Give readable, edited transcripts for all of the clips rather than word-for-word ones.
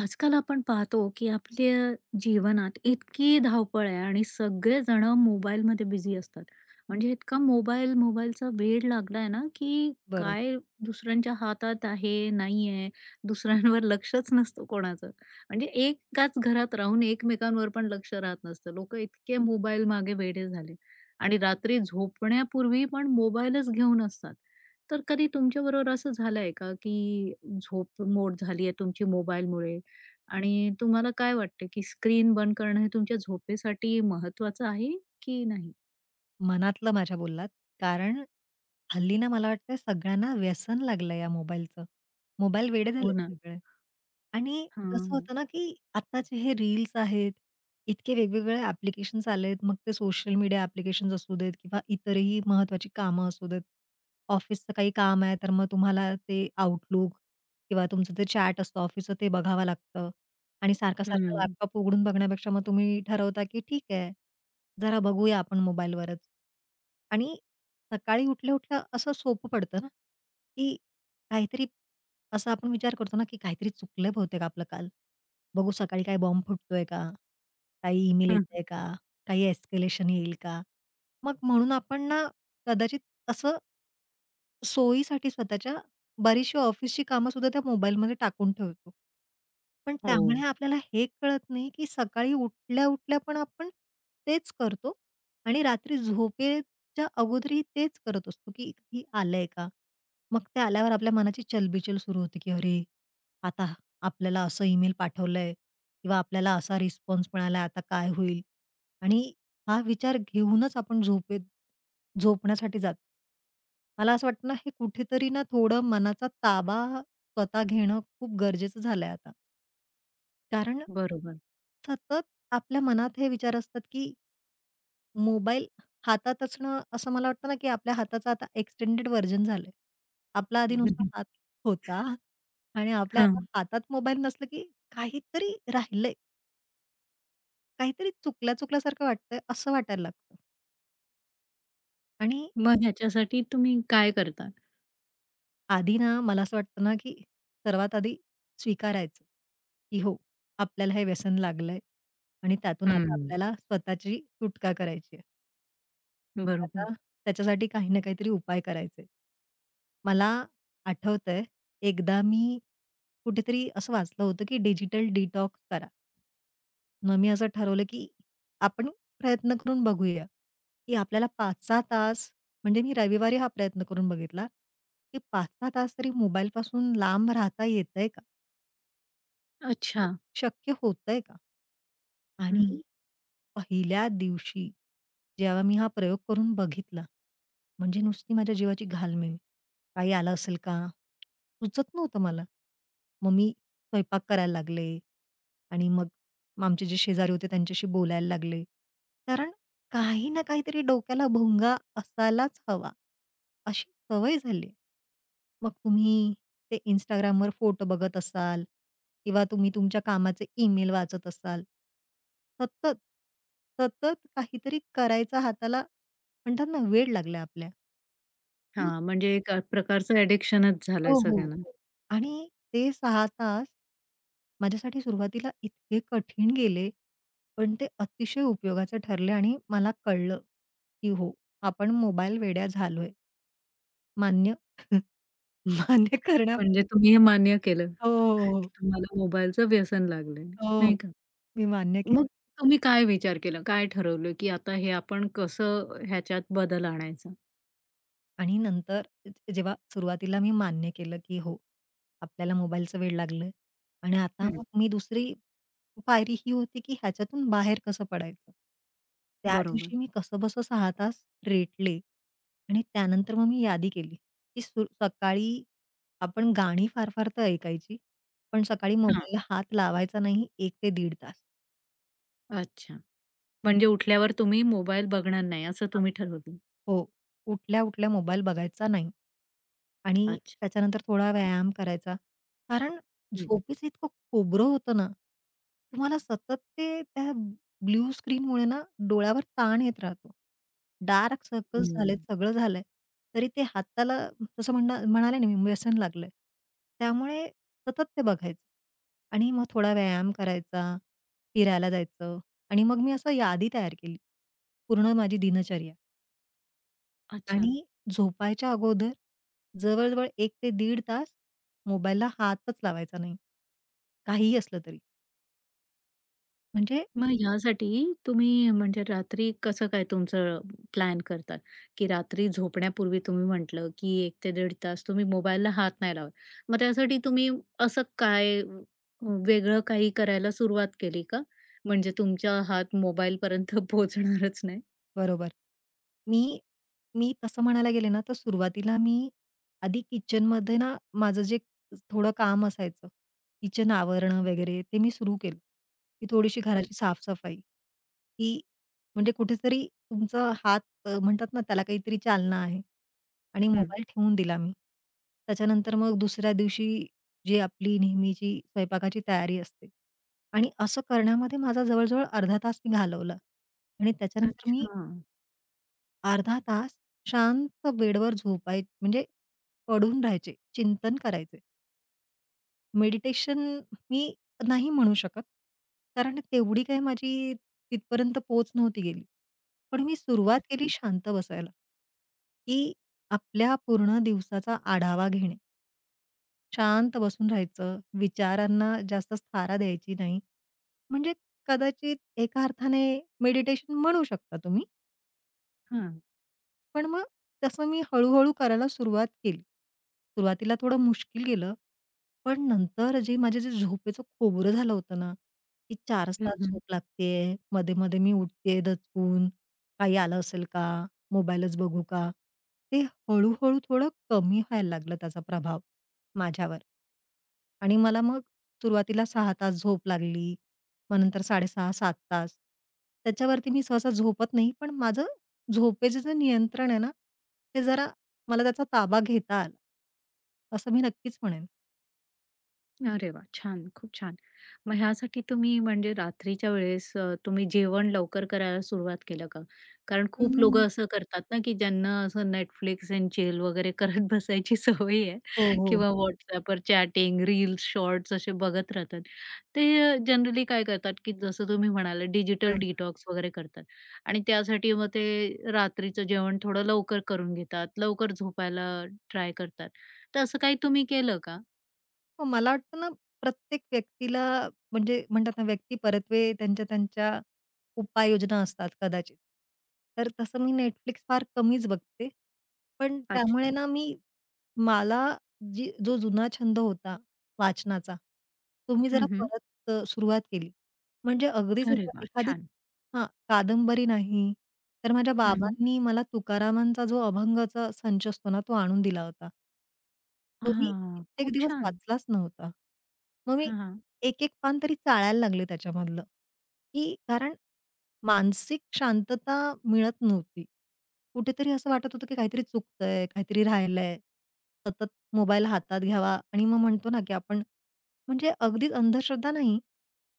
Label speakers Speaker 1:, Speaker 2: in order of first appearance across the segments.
Speaker 1: आजकाल आपण पाहतो की आपल्या जीवनात इतकी धावपळ आहे आणि सगळेजण मोबाईलमध्ये बिझी असतात. म्हणजे इतका मोबाईल, मोबाईलचा वेड लागलाय ना, की
Speaker 2: बरोबर.
Speaker 1: काय दुसऱ्यांच्या हातात आहे, नाही आहे, दुसऱ्यांवर लक्षच नसतं कोणाचं. म्हणजे एकाच घरात राहून एकमेकांवर पण लक्ष राहत नसतं. लोकं इतके मोबाईल मागे वेडे झाले आणि रात्री झोपण्यापूर्वी पण मोबाईलच घेऊन असतात. तर कधी तुमच्याबरोबर असं झालंय का, की झोप मोड झाली आहे तुमची मोबाईलमुळे? आणि तुम्हाला काय वाटतं, की स्क्रीन बंद करणं हे तुमच्या झोपेसाठी महत्वाचं आहे की नाही?
Speaker 2: मनातलं माझ्या बोललात. कारण हल्ली ना मला वाटतंय सगळ्यांना व्यसन लागलं या मोबाईलचं. मोबाईल वेडे
Speaker 1: हो
Speaker 2: झालेत
Speaker 1: ना.
Speaker 2: सगळे. आणि कसं
Speaker 1: हां.
Speaker 2: होतं ना, की आत्ताचे हे रील्स आहेत, इतके वेगवेगळे ॲप्लिकेशन्स आलेत. मग ते सोशल मीडिया ॲप्लिकेशन्स असू देत किंवा इतरही महत्त्वाची कामं असू देत. ऑफिसचं काही काम आहे, तर मग तुम्हाला ते Outlook किंवा तुमचं ते चॅट असतं ऑफिसचं ते बघावं लागतं. आणि सारखा-सारखा
Speaker 1: हं.
Speaker 2: लॅपटॉप उघडून बघण्यापेक्षा मग तुम्ही ठरवता, की ठीक आहे, जरा बघूया आपण मोबाईलवरच. आणि सकाळी उठल्या-उठल्या असं सोपं पडतं ना, की काहीतरी असा आपण विचार करतो ना, की काहीतरी चुकलंय बहुतेक आपलं काल. बघू सकाळी काही बॉम्ब फुटतोय का? काही ईमेल
Speaker 1: हं.
Speaker 2: येतंय का? काही एस्केलेशन येईल का? मग म्हणून आपण ना, कदाचित असं सोयीसाठी स्वतःच्या बरीचशी ऑफिसची कामंसुद्धा त्या मोबाईलमध्ये टाकून ठेवतो. पण त्यामुळे
Speaker 1: हो.
Speaker 2: आपल्याला हे कळत नाही, की सकाळी उठल्या-उठल्या पण आपण तेच करतो आणि रात्री झोपेच्या अगोदरही तेच करत असतो, की "ही आलंय का?" मग ते आल्यावर आपल्या मनाची चलबिचल सुरू होते, की "अरे, आता आपल्याला असं ईमेल पाठवलंय किंवा आपल्याला असा रिस्पॉन्स मिळालाय, आता काय होईल?" आणि हा विचार घेऊनच आपण झोपेत झोपण्यासाठी जातो. मला असं वाटतं ना, हे कुठेतरी ना थोडं मनाचा ताबा स्वतः घेणं खूप गरजेचं झालंय आता. कारण
Speaker 1: बरोबर.
Speaker 2: सतत आपल्या मनात हे विचार असतात, की मोबाईल हातात असणं असं मला वाटतं ना, की आपल्या हाताचं आता एक्सटेंडेड व्हर्जन झालंय. आपला आधी नुसता हात होता आणि आपल्या
Speaker 1: हां.
Speaker 2: आता हातात मोबाईल नसलं, की काहीतरी राहिलंय, काहीतरी चुकल्या-चुकल्यासारखं वाटतंय असं वाटायला लागतं आणि
Speaker 1: मग ह्याच्यासाठी तुम्ही काय करता?
Speaker 2: आधी ना, मला असं वाटतं ना, की सर्वात आधी स्वीकारायचं, की हो, आपल्याला हे व्यसन लागलंय आणि त्यातून आता
Speaker 1: हं.
Speaker 2: आपल्याला स्वतःची सुटका करायची आहे. तर
Speaker 1: बरोबर.
Speaker 2: आता त्याच्यासाठी काही ना काहीतरी उपाय करायचे. मला आठवतंय, एकदा मी कुठेतरी असं वाचलं होतं, की डिजिटल डिटॉक्स करा. मग मी असं ठरवलं, की आपण प्रयत्न करून बघूया, की आपल्याला 5-6 तास म्हणजे मी रविवारी हा प्रयत्न करून बघितला, की 5-6 तास तरी मोबाईलपासून लांब राहता येतंय का?
Speaker 1: अच्छा.
Speaker 2: शक्य होतंय का? आणि
Speaker 1: हं.
Speaker 2: पहिल्या दिवशी जेव्हा मी हा प्रयोग करून बघितला, म्हणजे नुसती माझ्या जीवाची घालमेल. काही आलं असेल का? सुचत नव्हतं मला. मग मी स्वयंपाक करायला लागले आणि मग आमचे जे शेजारी होते त्यांच्याशी बोलायला लागले. कारण काही ना काहीतरी डोक्याला भोंगा असायलाच हवा, अशी सवय झाली. मग तुम्ही ते Instagramवर फोटो बघत असाल किंवा तुम्ही तुमच्या कामाचे ईमेल वाचत असाल. सतत, सतत काहीतरी करायचा हाताला म्हणतात ना वेड लागलाय आपल्या. हं.
Speaker 1: हां. म्हणजे एक प्रकारचं ॲडिक्शनच झालंय
Speaker 2: हो, हो,
Speaker 1: सगळ्यांना.
Speaker 2: हो. आणि ते 6 तास माझ्यासाठी सुरुवातीला इतके कठीण गेले, पण ते अतिशय उपयोगाचे ठरले आणि मला कळलं, की हो, आपण मोबाईल वेड्या झालोय. मान्य मान्य करण्या
Speaker 1: म्हणजे तुम्ही हे मान्य केलं,
Speaker 2: हो, हो,
Speaker 1: की
Speaker 2: हो.
Speaker 1: तुम्हाला मोबाईलचं व्यसन लागलंय,
Speaker 2: हो,
Speaker 1: नाही का?
Speaker 2: मी मान्य केलं.
Speaker 1: मग तुम्ही काय विचार केला? काय ठरवलं, की आता हे आपण कसं ह्याच्यात बदल आणायचा?
Speaker 2: आणि नंतर जेव्हा सुरुवातीला मी मान्य केलं, की हो, आपल्याला मोबाईलचं वेड लागलं आणि आता
Speaker 1: हं.
Speaker 2: मग मी दुसरी पायरी ही होती, की ह्याच्यातून बाहेर कसं पडायचं? त्या
Speaker 1: बरोबर.
Speaker 2: दिवशी मी कसंबसं 6 तास रेटले आणि त्यानंतर मग मी यादी केली, की सकाळी आपण गाणी फार-फार तर ऐकायची, पण सकाळी
Speaker 1: हां,
Speaker 2: मोबाईलला हात लावायचा नाही 1 ते दीड तास.
Speaker 1: अच्छा. म्हणजे उठल्यावर तुम्ही मोबाईल बघणार नाही असं तुम्ही ठरवलं.
Speaker 2: हो. उठल्या-उठल्या मोबाईल बघायचा नाही. आणि
Speaker 1: अच्छा.
Speaker 2: त्याच्यानंतर थोडा
Speaker 1: हं.
Speaker 2: व्यायाम करायचा. कारण
Speaker 1: मग
Speaker 2: झोपेचं इतकं खोबरं होतं ना, तुम्हाला सतत ते त्या ब्लू स्क्रीनमुळे ना डोळ्यावर ताण येत राहतो. डार्क सर्कल्स
Speaker 1: हं.
Speaker 2: झालेत, सगळं झालंय. तरी ते हाताला जसं म्हणणं म्हणाले ना मी व्यसन लागलंय. त्यामुळे सतत ते बघायचं. आणि मग थोडा व्यायाम करायचा, फिरायला जायचं आणि मग मी असं यादी तयार केली. पूर्ण माझी दिनचर्या.
Speaker 1: अच्छा.
Speaker 2: आणि झोपायच्या अगोदर जवळ-जवळ 1 ते दीड तास मोबाईलला हातच लावायचा नाही. काहीही असलं तरी. म्हणजे
Speaker 1: मग ह्यासाठी तुम्ही म्हणजे रात्री कसं काय तुमचं प्लॅन करतात, की रात्री झोपण्यापूर्वी तुम्ही म्हटलं, की एक ते 1.5 तास तुम्ही मोबाईलला हात नाही लावत. मग त्यासाठी तुम्ही असं काय वेगळं काही करायला सुरुवात केली का? म्हणजे तुमचा हात मोबाईलपर्यंत पोहोचणारच नाही?
Speaker 2: बरोबर. मी मी तसं म्हणायला गेले ना, तर सुरुवातीला मी आधी किचनमध्ये ना, माझं जे थोडं काम असायचं, किचन आवरणं वगैरे ते मी सुरू केलं, की थोडीशी घराची
Speaker 1: अच्छा.
Speaker 2: साफ-सफाई. की म्हणजे कुठेतरी तुमचा हात म्हणतात ना, त्याला काहीतरी चालना आहे आणि
Speaker 1: हं.
Speaker 2: मोबाईल ठेवून दिला मी. त्याच्यानंतर मग दुसऱ्या दिवशी जी आपली नेहमीची स्वयंपाकाची तयारी असते आणि असं करण्यामध्ये माझा जवळ अर्धा तास मी घालवला आणि त्याच्यानंतर मी
Speaker 1: अच्छा.
Speaker 2: अर्धा तास शांत बेडवर म्हणजे पडून राहायचे, चिंतन करायचे. मेडिटेशन मी नाही म्हणू शकत, कारण तेवढी काही माझी तिथपर्यंत पोहोच नव्हती गेली. पण मी सुरुवात केली
Speaker 1: अच्छा.
Speaker 2: शांत बसायला, की आपल्या पूर्ण दिवसाचा आढावा घेणे. शांत बसून राहायचं, विचारांना जास्त थारा द्यायची नाही. म्हणजे कदाचित एका अर्थाने मेडिटेशन म्हणू शकता तुम्ही.
Speaker 1: हां.
Speaker 2: पण मग तसं मी हळू-हळू करायला सुरुवात केली. सुरुवातीला थोडं मुश्किल गेलं. पण नंतर माझे जे झोपेचं खोबरं झालं होतं ना, की 4च
Speaker 1: हं,
Speaker 2: तास
Speaker 1: हं.
Speaker 2: झोप लागतेय, मध्ये-मध्ये मी उठतेय दचकून, काही आलं असेल का? मोबाईलच बघू का? ते हळू थोडं कमी व्हायला लागलं त्याचा प्रभाव माझ्यावर. आणि मला मग सुरुवातीला 6 तास झोप लागली. मग नंतर 6.30-7 तास. त्याच्यावरती मी सहसा झोपत नाही, पण माझं झोपेचं जे नियंत्रण आहे ना, ते जरा मला त्याचा ताबा घेता आला. असं मी नक्कीच म्हणेन.
Speaker 1: अरे वाह! छान, खूप छान. मग ह्यासाठी तुम्ही म्हणजे रात्रीच्या वेळेस तुम्ही जेवण लवकर करायला सुरुवात केलं का? कारण खूप
Speaker 2: हं,
Speaker 1: लोकं असं करतात ना, की ज्यांना असं Netflix अँड चिल वगैरे करत बसायची सवय
Speaker 2: हो,
Speaker 1: आहे
Speaker 2: हो, हो.
Speaker 1: किंवा WhatsAppवर चॅटिंग, रील्स, शॉर्ट्स असे बघत राहतात. ते जनरली काय करतात, की जसं तुम्ही म्हणालात डिजिटल डिटॉक्स वगैरे करतात आणि त्यासाठी मग ते रात्रीचं जेवण थोडं लवकर करून घेतात, लवकर झोपायला ट्राय करतात. तर असं काही तुम्ही केलं का?
Speaker 2: हो, मला वाटतं ना, प्रत्येक व्यक्तीला म्हणजे म्हणतात ना, व्यक्ती परत्वे त्यांच्या त्यांच्या उपाययोजना असतात कदाचित. तर तसं मी Netflix फार कमीच बघते. पण त्यामुळे
Speaker 1: अच्छा.
Speaker 2: ना, मी मला जी जो जुना छंद होता वाचनाचा, तो मी जरा
Speaker 1: हं,
Speaker 2: परत सुरुवात केली. म्हणजे अगदीच
Speaker 1: अरे
Speaker 2: एका
Speaker 1: वाह!
Speaker 2: एखादी
Speaker 1: छान.
Speaker 2: हां, कादंबरी नाही, तर माझ्या
Speaker 1: हं. हं.
Speaker 2: बाबांनी मला तुकारामांचा जो अभंगाचा संच असतो ना, तो आणून दिला होता. तो मी
Speaker 1: हां,
Speaker 2: कित्येक
Speaker 1: खूप
Speaker 2: दिवस
Speaker 1: छान.
Speaker 2: वाचलाच नव्हता. मग मी
Speaker 1: हां, हां.
Speaker 2: एक-एक पान तरी चाळायला लागले त्याच्यामधलं, की कारण मानसिक शांतता मिळत नव्हती. कुठेतरी असं वाटत होतं, की काहीतरी चुकतंय, काहीतरी राहिलंय. सतत मोबाईल हातात घ्यावा आणि मग म्हणतो ना, की आपण म्हणजे अगदीच अंधश्रद्धा नाही,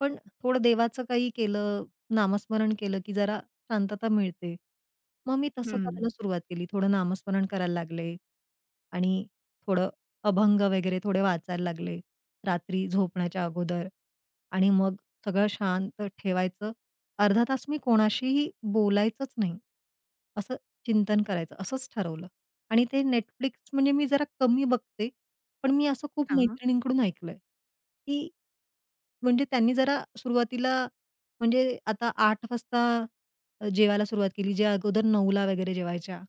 Speaker 2: पण थोडं देवाचं काही केलं, नामस्मरण केलं, की जरा शांतता मिळते. मग मी तसं करायला
Speaker 1: हं.
Speaker 2: सुरुवात केली. थोडं नामस्मरण करायला लागले आणि थोडं अभंग वगैरे थोडे वाचायला लागले, रात्री झोपण्याच्या अगोदर आणि मग सगळं शांत ठेवायचं. अर्धा तास मी कोणाशीही बोलायचंच नाही. असं चिंतन करायचं असंच ठरवलं आणि ते नेटफ्लिक्स म्हणजे मी जरा कमी बघते, पण मी असं खूप
Speaker 1: हां.
Speaker 2: मैत्रिणींकडून ऐकलंय, की म्हणजे त्यांनी जरा सुरुवातीला म्हणजे आता 8 वाजता जेवायला सुरुवात केली. जे अगोदर 9 वगैरे जेवायच्या.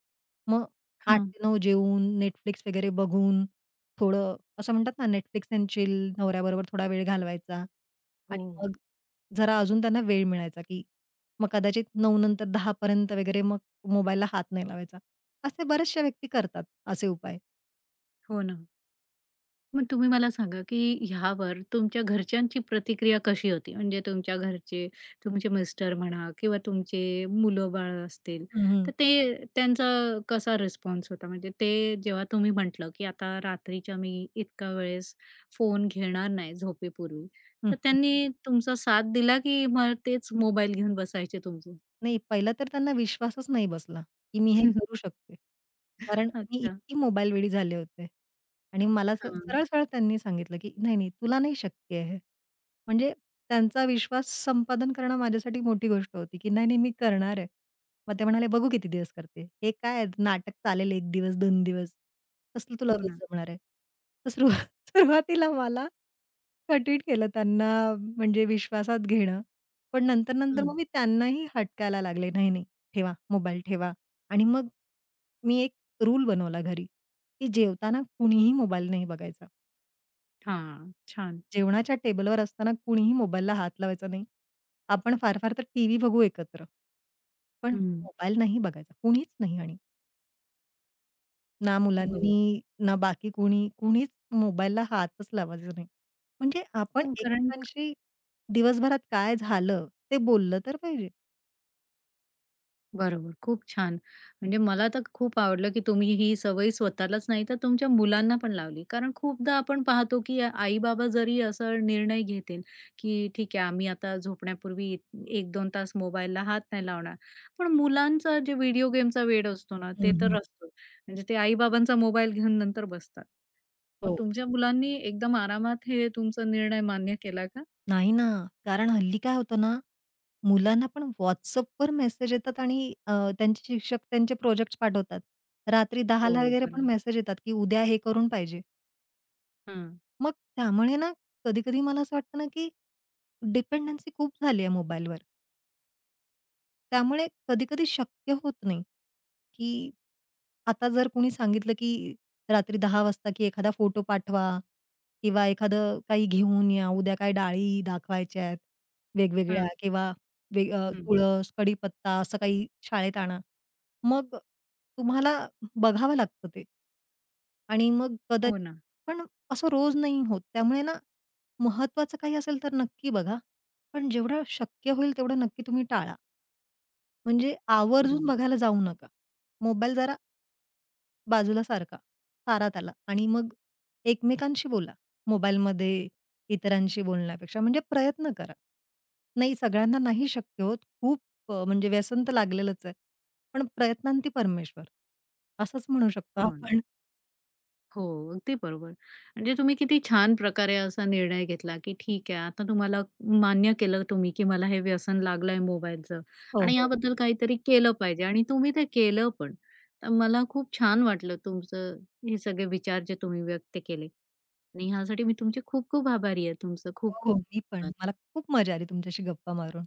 Speaker 2: मग 8
Speaker 1: हां.
Speaker 2: ते 9 जेवून Netflix वगैरे बघून थोडं असं म्हणतात ना, Netflix एंड चिल, नवऱ्याबरोबर थोडा वेळ घालवायचा
Speaker 1: हो,
Speaker 2: आणि मग जरा अजून त्यांना वेळ मिळायचा, की मग कदाचित 9 नंतर 10 पर्यंत वगैरे मग मोबाईलला हात नाही लावायचा. असे बऱ्याचशा व्यक्ती करतात असे उपाय.
Speaker 1: हो ना. मग तुम्ही मला सांगा, की ह्यावर तुमच्या घरच्यांची प्रतिक्रिया कशी होती? म्हणजे तुमच्या घरचे, तुमचे मिस्टर म्हणा किंवा तुमचे मुलं-बाळ असतील,
Speaker 2: हं, हं.
Speaker 1: तर ते त्यांचा कसा रिस्पॉन्स होता? म्हणजे ते जेव्हा तुम्ही म्हटलं, की आता रात्रीच्या मी इतका वेळेस फोन घेणार नाही झोपेपूर्वी,
Speaker 2: हं.
Speaker 1: तर त्यांनी तुमचा साथ दिला, की मग तेच मोबाईल घेऊन बसायचे तुमचे?
Speaker 2: नाही, पहिलं तर त्यांना विश्वासच नाही बसला, की मी हे करू शकते. कारण मी
Speaker 1: अच्छा.
Speaker 2: इतकी मोबाईलवेडी झाले होते. आणि मला स
Speaker 1: हां.
Speaker 2: सरळ-सरळ त्यांनी सांगितलं, की "नाही, नाही, तुला नाही शक्य आहे म्हणजे त्यांचा विश्वास संपादन करणं माझ्यासाठी मोठी गोष्ट होती, की नाही, नाही, मी करणार आहे." मग ते म्हणाले, "बघू किती दिवस करते. हे काय नाटक चालेल 1 दिवस, 2 दिवस. कसलं तुला
Speaker 1: हो
Speaker 2: रोज
Speaker 1: ना.
Speaker 2: जमणार आहे?" तर सुरुवातीला मला कठीण केलं त्यांना म्हणजे विश्वासात घेणं. पण नंतर-नंतर हं.
Speaker 1: हं.
Speaker 2: मग मी त्यांनाही हटकायला लागले, "नाही, नाही, ठेवा मोबाईल ठेवा." आणि मग मी एक रूल बनवला घरी, की जेवताना कुणीही मोबाईल नाही बघायचा.
Speaker 1: हां. छान.
Speaker 2: जेवणाच्या टेबलवर असताना कुणीही मोबाईलला हात लावायचा नाही. आपण फार-फार तर टीव्ही बघू एकत्र. पण
Speaker 1: हं.
Speaker 2: मोबाईल नाही बघायचा. कुणीच नाही आणि. ना
Speaker 1: बरोबर.
Speaker 2: मुलांनी, ना बाकी कोणी, कुणीच मोबाईलला हातच लावायचा नाही. म्हणजे आपण
Speaker 1: हो, कारण
Speaker 2: एकमेकांशी दिवसभरात काय झालं ते बोललं तर पाहिजे.
Speaker 1: बरोबर, खूप छान. म्हणजे मला तर खूप आवडलं, की तुम्ही ही सवय स्वतःलाच नाही तर तुमच्या मुलांना पण लावली. कारण खूपदा आपण पाहतो, की आई-बाबा जरी असा निर्णय घेतील, की ठीक आहे आम्ही आता झोपण्यापूर्वी 1-2 तास मोबाईलला हात नाही लावणार. पण मुलांचा जे व्हिडिओ गेमचा वेड असतो ना,
Speaker 2: हं,
Speaker 1: ते
Speaker 2: हं.
Speaker 1: तर असतो. म्हणजे ते आई-बाबांचा मोबाईल घेऊन नंतर बसतात. मग
Speaker 2: हो.
Speaker 1: तुमच्या मुलांनी एकदम आरामात हे तुमचा निर्णय मान्य केला का?
Speaker 2: नाही ना, कारण हल्ली काय होतं ना, मुलांना पण WhatsAppवर मेसेज येतात आणि त्यांचे शिक्षक त्यांचे प्रोजेक्ट्स पाठवतात. रात्री 10:00
Speaker 1: हो.
Speaker 2: वगैरे पण
Speaker 1: बरोबर.
Speaker 2: मेसेज येतात, की उद्या हे करून पाहिजे.
Speaker 1: हं,
Speaker 2: मग त्यामुळे ना, कधी-कधी मला असं वाटतं ना, की डिपेंडन्सी खूप झाली आहे मोबाईलवर. त्यामुळे कधी-कधी शक्य होत नाही, की आता जर कोणी सांगितलं, की रात्री 10 वाजता, की एखादा फोटो पाठवा किंवा एखादं काही घेऊन या, उद्या काय डाळी दाखवायच्या आहेत वेगवेगळ्या
Speaker 1: हं,
Speaker 2: किंवा
Speaker 1: हं.
Speaker 2: तुळस, कडीपत्ता असं काही शाळेत आणा. मग तुम्हाला बघावं लागतं ते. आणि मग
Speaker 1: हो
Speaker 2: कदाचित
Speaker 1: ना.
Speaker 2: पण असं रोज नाही होत. त्यामुळे ना, महत्त्वाचं काही असेल तर नक्की बघा. पण जेवढं शक्य होईल तेवढं नक्की तुम्ही टाळा. म्हणजे आवर्जून
Speaker 1: बरं.
Speaker 2: बघायला जाऊ नका. मोबाईल जरा बाजूला सारखा सारा त्याला आणि मग एकमेकांशी बोला. मोबाईलमध्ये इतरांशी बोलण्यापेक्षा म्हणजे प्रयत्न करा. नाही सगळ्यांना नाही शक्य होत. खूप म्हणजे व्यसन तर लागलेलंच आहे. पण प्रयत्नांती परमेश्वर. असंच म्हणू शकतो
Speaker 1: हो ना.
Speaker 2: आपण.
Speaker 1: हो, अगदी बरोबर. म्हणजे तुम्ही किती छान प्रकारे असा निर्णय घेतला, की ठीक आहे आता तुम्हाला मान्य केलं तुम्ही, की मला हे व्यसन लागलंय मोबाईलचं
Speaker 2: हो,
Speaker 1: आणि
Speaker 2: हो.
Speaker 1: याबद्दल काहीतरी केलं पाहिजे आणि तुम्ही ते केलं पण. तर मला खूप छान वाटलं तुमचं हे सगळे विचार जे तुम्ही व्यक्त केले आणि ह्यासाठी मी तुमचे खूप खूप आभारी आहे. तुमचं
Speaker 2: हो,
Speaker 1: खूप
Speaker 2: हो.
Speaker 1: खूप
Speaker 2: मी पण.
Speaker 1: धन्यवाद.
Speaker 2: मला खूप मजा आली तुमच्याशी गप्पा मारून.